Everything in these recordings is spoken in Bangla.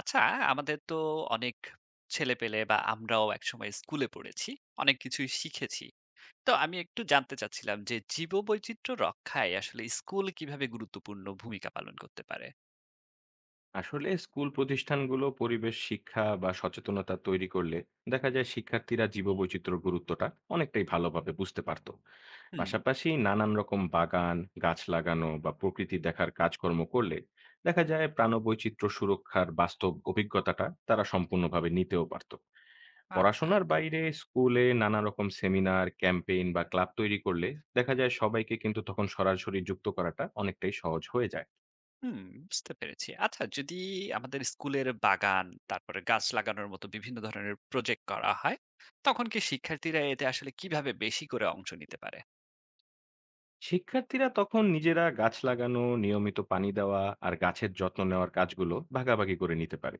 আচ্ছা, আমাদের তো অনেক ছেলেপেলে বা আমরাও একসময় স্কুলে পড়েছি। অনেক কিছুই শিখেছি। তো আমি একটু জানতে চাচ্ছিলাম যে জীববৈচিত্র্য রক্ষায় আসলে স্কুল কিভাবে গুরুত্বপূর্ণ ভূমিকা পালন করতে পারে? আসলে স্কুল প্রতিষ্ঠানগুলো পরিবেশ শিক্ষা বা সচেতনতা তৈরি করলে দেখা যায় শিক্ষার্থীরা জীববৈচিত্র্যের গুরুত্বটা অনেকটাই ভালোভাবে বুঝতে পারতো। হুম, পাশাপাশি নানান রকম বাগান, গাছ লাগানো বা প্রকৃতি দেখার কাজকর্ম করলে দেখা যায় প্রাণবৈচিত্র্য সুরক্ষার বাস্তব অভিজ্ঞতাটা তারা সম্পূর্ণভাবে নিতেও পারতো। আচ্ছা। পড়াশোনার বাইরে স্কুলে নানা রকম সেমিনার, ক্যাম্পেইন বা ক্লাব তৈরি করলে দেখা যায় সবাইকে কিন্তু তখন সরাসরি যুক্ত করাটা অনেকটাই সহজ হয়ে যায়। হুম, বুঝতে পেরেছি। আচ্ছা, যদি আমাদের স্কুলের বাগান, তারপরে গাছ লাগানোর মতো বিভিন্ন ধরনের প্রজেক্ট করা হয়, তখন কি শিক্ষার্থীরা এতে আসলে কিভাবে বেশি করে অংশ নিতে পারে? শিক্ষার্থীরা তখন নিজেরা গাছ লাগানো, নিয়মিত পানি দেওয়া আর গাছের যত্ন নেওয়ার কাজগুলো ভাগাভাগি করে নিতে পারে।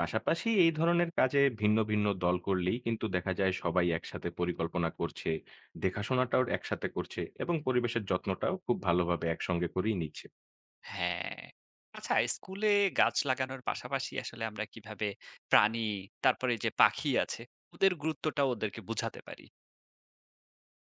পাশাপাশি এই ধরনের কাজে ভিন্ন ভিন্ন দল করলেই কিন্তু দেখা যায় সবাই একসাথে পরিকল্পনা করছে, দেখাশোনাটাও একসাথে করছে এবং পরিবেশের যত্নটাও খুব ভালোভাবে একসঙ্গে করেই নিচ্ছে। হ্যাঁ। আচ্ছা, স্কুলে গাছ লাগানোর পাশাপাশি আসলে আমরা কিভাবে প্রাণী, তারপরে এই যে পাখি আছে, ওদের গুরুত্বটাও ওদেরকে বুঝাতে পারি।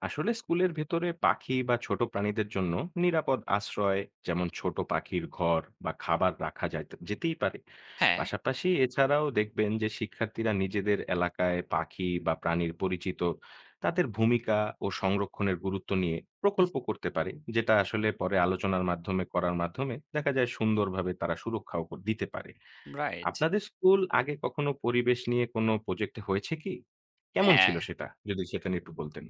আসলে স্কুলের ভেতরে পাখি বা ছোট প্রাণীদের জন্য নিরাপদ আশ্রয়, যেমন ছোট পাখির ঘর বা খাবার রাখা যেতেই পারে। হ্যাঁ, পাশাপাশি এছাড়াও দেখবেন যে শিক্ষার্থীরা নিজেদের এলাকায় পাখি বা প্রাণীর পরিচিত, তাদের ভূমিকা ও সংরক্ষণের গুরুত্ব নিয়ে প্রকল্প করতে পারে, যেটা আসলে পরে আলোচনার মাধ্যমে করার মাধ্যমে দেখা যায় সুন্দরভাবে তারা সুরক্ষাও দিতে পারে। রাইট। আপনাদের স্কুল আগে কখনো পরিবেশ নিয়ে কোনো প্রজেক্ট হয়েছে কি, কেমন হ্যাঁ, ছিল সেটা, যদি সেটা নিয়ে একটু বলতেন।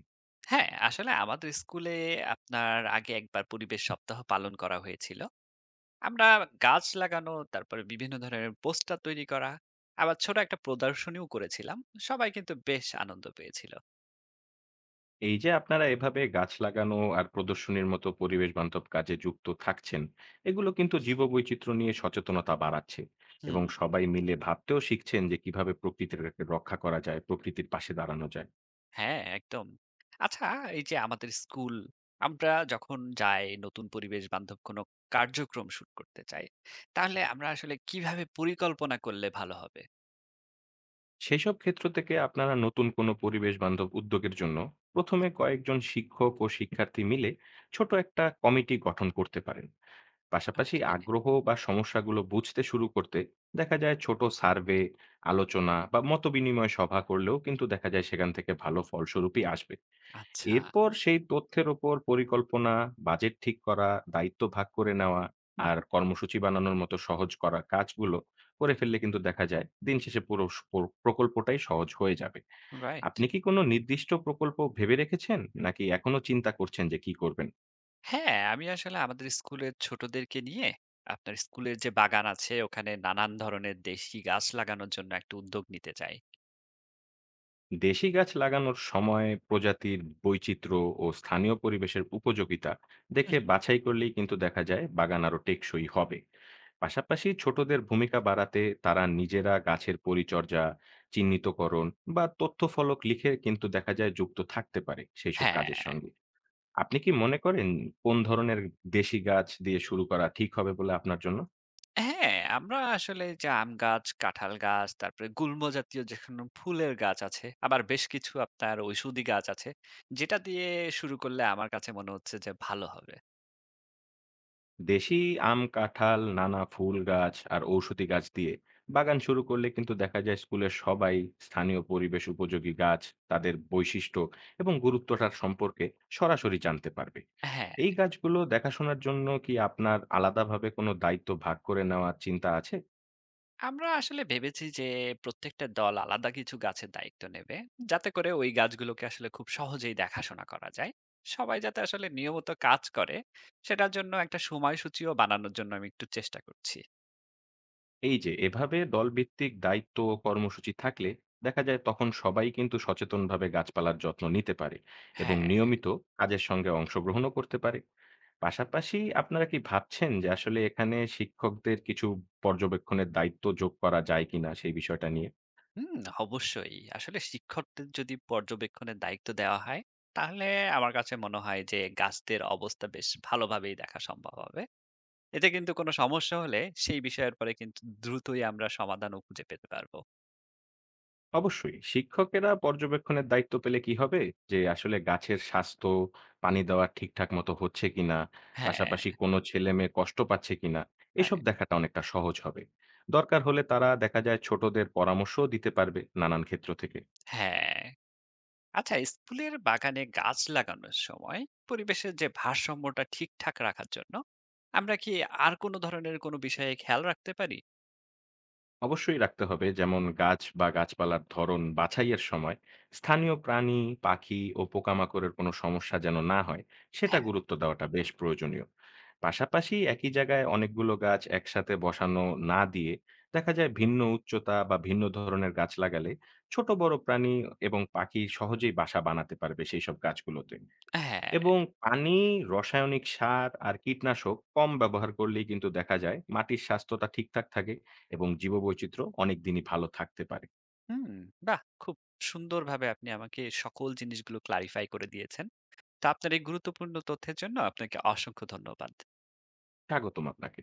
আসলে আমাদের স্কুলে আপনার আগে একবার পরিবেশ সপ্তাহ পালন করা হয়েছিল। আমরা গাছ লাগানো, তারপরে বিভিন্ন ধরনের পোস্টার তৈরি করা, আবার ছোট একটা প্রদর্শনীও করেছিলাম। সবাই কিন্তু বেশ আনন্দ পেয়েছিল। এই যে আপনারা এভাবে গাছ লাগানো আর প্রদর্শনীর মতো পরিবেশ বান্ধব কাজে যুক্ত থাকছেন, এগুলো কিন্তু জীববৈচিত্র্য নিয়ে সচেতনতা বাড়াচ্ছে হুম। এবং সবাই মিলে ভাবতেও শিখছেন যে কিভাবে প্রকৃতির রক্ষা করা যায়, প্রকৃতির পাশে দাঁড়ানো যায়। হ্যাঁ, একদম। আচ্ছা, এই যে আমাদের স্কুল, আমরা যখন যাই নতুন পরিবেশ বান্ধব কোনো কার্যক্রম শুরু করতে চাই, তাহলে আমরা আসলে কিভাবে পরিকল্পনা করলে ভালো হবে? সেসব ক্ষেত্র থেকে আপনারা নতুন কোনো পরিবেশ বান্ধব উদ্যোগের জন্য প্রথমে কয়েকজন শিক্ষক ও শিক্ষার্থী মিলে ছোট একটা কমিটি গঠন করতে পারেন। পাশাপাশি ওকে। আগ্রহ বা সমস্যাগুলো বুঝতে শুরু করতে দেখা যায় ছোট সার্ভে, আলোচনা বা মতবিনিময় সভা করলেও কিন্তু দেখা যায় সেখান থেকে ভালো ফলস্বরূপই আসবে। আচ্ছা। এরপর সেই তথ্যের ওপর পরিকল্পনা, বাজেট ঠিক করা, দায়িত্ব ভাগ করে নেওয়া হুম, আর হুম। কর্মসূচি বানানোর মতো সহজ করা কাজগুলো করে ফেললে কিন্তু দেখা যায় দিন শেষে পুরো প্রকল্পটাই সহজ হয়ে যাবে। রাইট। আপনি কি কোনো নির্দিষ্ট প্রকল্প ভেবে রেখেছেন, নাকি এখনো চিন্তা করছেন যে কি করবেন? হ্যাঁ, আমি আসলে আমাদের স্কুলের ছোটদেরকে নিয়ে আপনার স্কুলের যে বাগান আছে ওখানে নানান ধরনের দেশি গাছ লাগানোর জন্য একটা উদ্যোগ নিতে চাই। দেশি গাছ লাগানোর সময় প্রজাতির বৈচিত্র্য ও স্থানীয় পরিবেশের উপযোগিতা হুম, দেখে হুম। বাছাই করলেই কিন্তু দেখা যায় বাগান আরো টেকসই হবে। পাশাপাশি ছোটদের ভূমিকা বাড়াতে তারা নিজেরা গাছের পরিচর্যা, চিহ্নিতকরণ বা তথ্যফলক লিখে কিন্তু দেখা যায় যুক্ত থাকতে পারে সেই সব হ্যাঁ। কাজের সঙ্গে। আপনি কি মনে করেন কোন ধরনের দেশি গাছ দিয়ে শুরু করা ঠিক হবে বলে আপনার জন্য? হ্যাঁ, আমরা আসলে যে আম গাছ, কাঁঠাল গাছ, তারপরে গুল্ম জাতীয় যেকোনো ফুলের গাছ আছে। আবার বেশ কিছু আপনার ঔষধি গাছ আছে। যেটা দিয়ে শুরু করলে আমার কাছে মনে হচ্ছে যে ভালো হবে। দেশি আম, কাঁঠাল, নানা ফুল গাছ আর ঔষধি গাছ দিয়ে বাগান শুরু করলে কিন্তু দেখা যায় স্কুলের সবাই স্থানীয় পরিবেশ উপযোগী গাছ, তাদের বৈশিষ্ট্য এবং গুরুত্বটার সম্পর্কে সরাসরি জানতে পারবে। হ্যাঁ, এই গাছগুলো দেখাশোনার জন্য কি আপনার আলাদাভাবে কোনো দায়িত্ব ভাগ করে নেওয়ার চিন্তা আছে? আমরা আসলে ভেবেছি যে প্রত্যেকটা দল আলাদা কিছু গাছের দায়িত্ব নেবে। যাতে করে ওই গাছগুলোকে আসলে খুব সহজেই দেখাশোনা করা যায়। সবাই যাতে আসলে নিয়মিত কাজ করে, সেটার জন্য একটা সময়সূচিও বানানোর জন্য আমি একটু চেষ্টা করছি। এই যে এভাবে দলভিত্তিক দায়িত্ব ও কর্মসূচি থাকলে দেখা যায় তখন সবাই কিন্তু সচেতনভাবে গাছপালার যত্ন নিতে পারে এবং হ্যাঁ। নিয়মিত কাজের সঙ্গে অংশগ্রহণও করতে পারে। পাশাপাশি আপনারা কি ভাবছেন যে আসলে এখানে শিক্ষকদের কিছু পর্যবেক্ষণের দায়িত্ব যোগ করা যায় কিনা সেই বিষয়টা নিয়ে? হুম, অবশ্যই। আসলে শিক্ষকদের যদি পর্যবেক্ষণের দায়িত্ব দেওয়া হয়, তাহলে আমার কাছে মনে হয় যে গাছদের অবস্থা বেশ ভালোভাবেই দেখা সম্ভব হবে। এতে কিন্তু কোনো সমস্যা হলে সেই বিষয়ের পরে কিন্তু দ্রুতই আমরা সমাধানও খুঁজে পেতে পারবো। অবশ্যই শিক্ষকেরা পর্যবেক্ষণের দায়িত্ব পেলে কি হবে? যে আসলে গাছের স্বাস্থ্য, পানি দেওয়া ঠিকঠাক মতো হচ্ছে কিনা, হ্যাঁ, পাশাপাশি কোনো ছেলেমেয়ে কষ্ট পাচ্ছে কিনা, এসব রাইট। দেখাটা অনেকটা সহজ হবে। দরকার হলে তারা দেখা যায় ছোটদের পরামর্শও দিতে পারবে নানান ক্ষেত্র থেকে। হ্যাঁ। আচ্ছা, স্কুলের বাগানে গাছ লাগানোর সময় পরিবেশের যে ভারসাম্যটা ঠিকঠাক রাখার জন্য আমরা কি আর কোনো ধরনের কোনো বিষয়ে খেয়াল রাখতে পারি? অবশ্যই রাখতে হবে, যেমন গাছ বা গাছপালার ধরন বাছাইয়ের সময় স্থানীয় প্রাণী, পাখি ও পোকামাকড়ের কোনো সমস্যা যেন না হয়, সেটা হ্যাঁ, গুরুত্ব দেওয়াটা বেশ প্রয়োজনীয়। পাশাপাশি একই জায়গায় অনেকগুলো গাছ একসাথে বসানো না দিয়ে দেখা যায় ভিন্ন উচ্চতা বা ভিন্ন ধরনের গাছ লাগালে ছোট বড় প্রাণী এবং পাখি সহজেই বাসা বানাতে পারবে সেই সব গাছগুলোতে। হ্যাঁ। এবং পানি, রাসায়নিক সার আর কীটনাশক কম ব্যবহার করলেই কিন্তু দেখা যায় মাটির স্বাস্থ্যটা ঠিকঠাক থাকে এবং জীববৈচিত্র্য অনেক দিনই ভালো থাকতে পারে। হুম, বাহ! খুব সুন্দরভাবে আপনি আমাকে সকল জিনিসগুলো ক্লারিফাই করে দিয়েছেন। তো আপনার এই গুরুত্বপূর্ণ তথ্যের জন্য আপনাকে অসংখ্য ধন্যবাদ। স্বাগতম আপনাকে।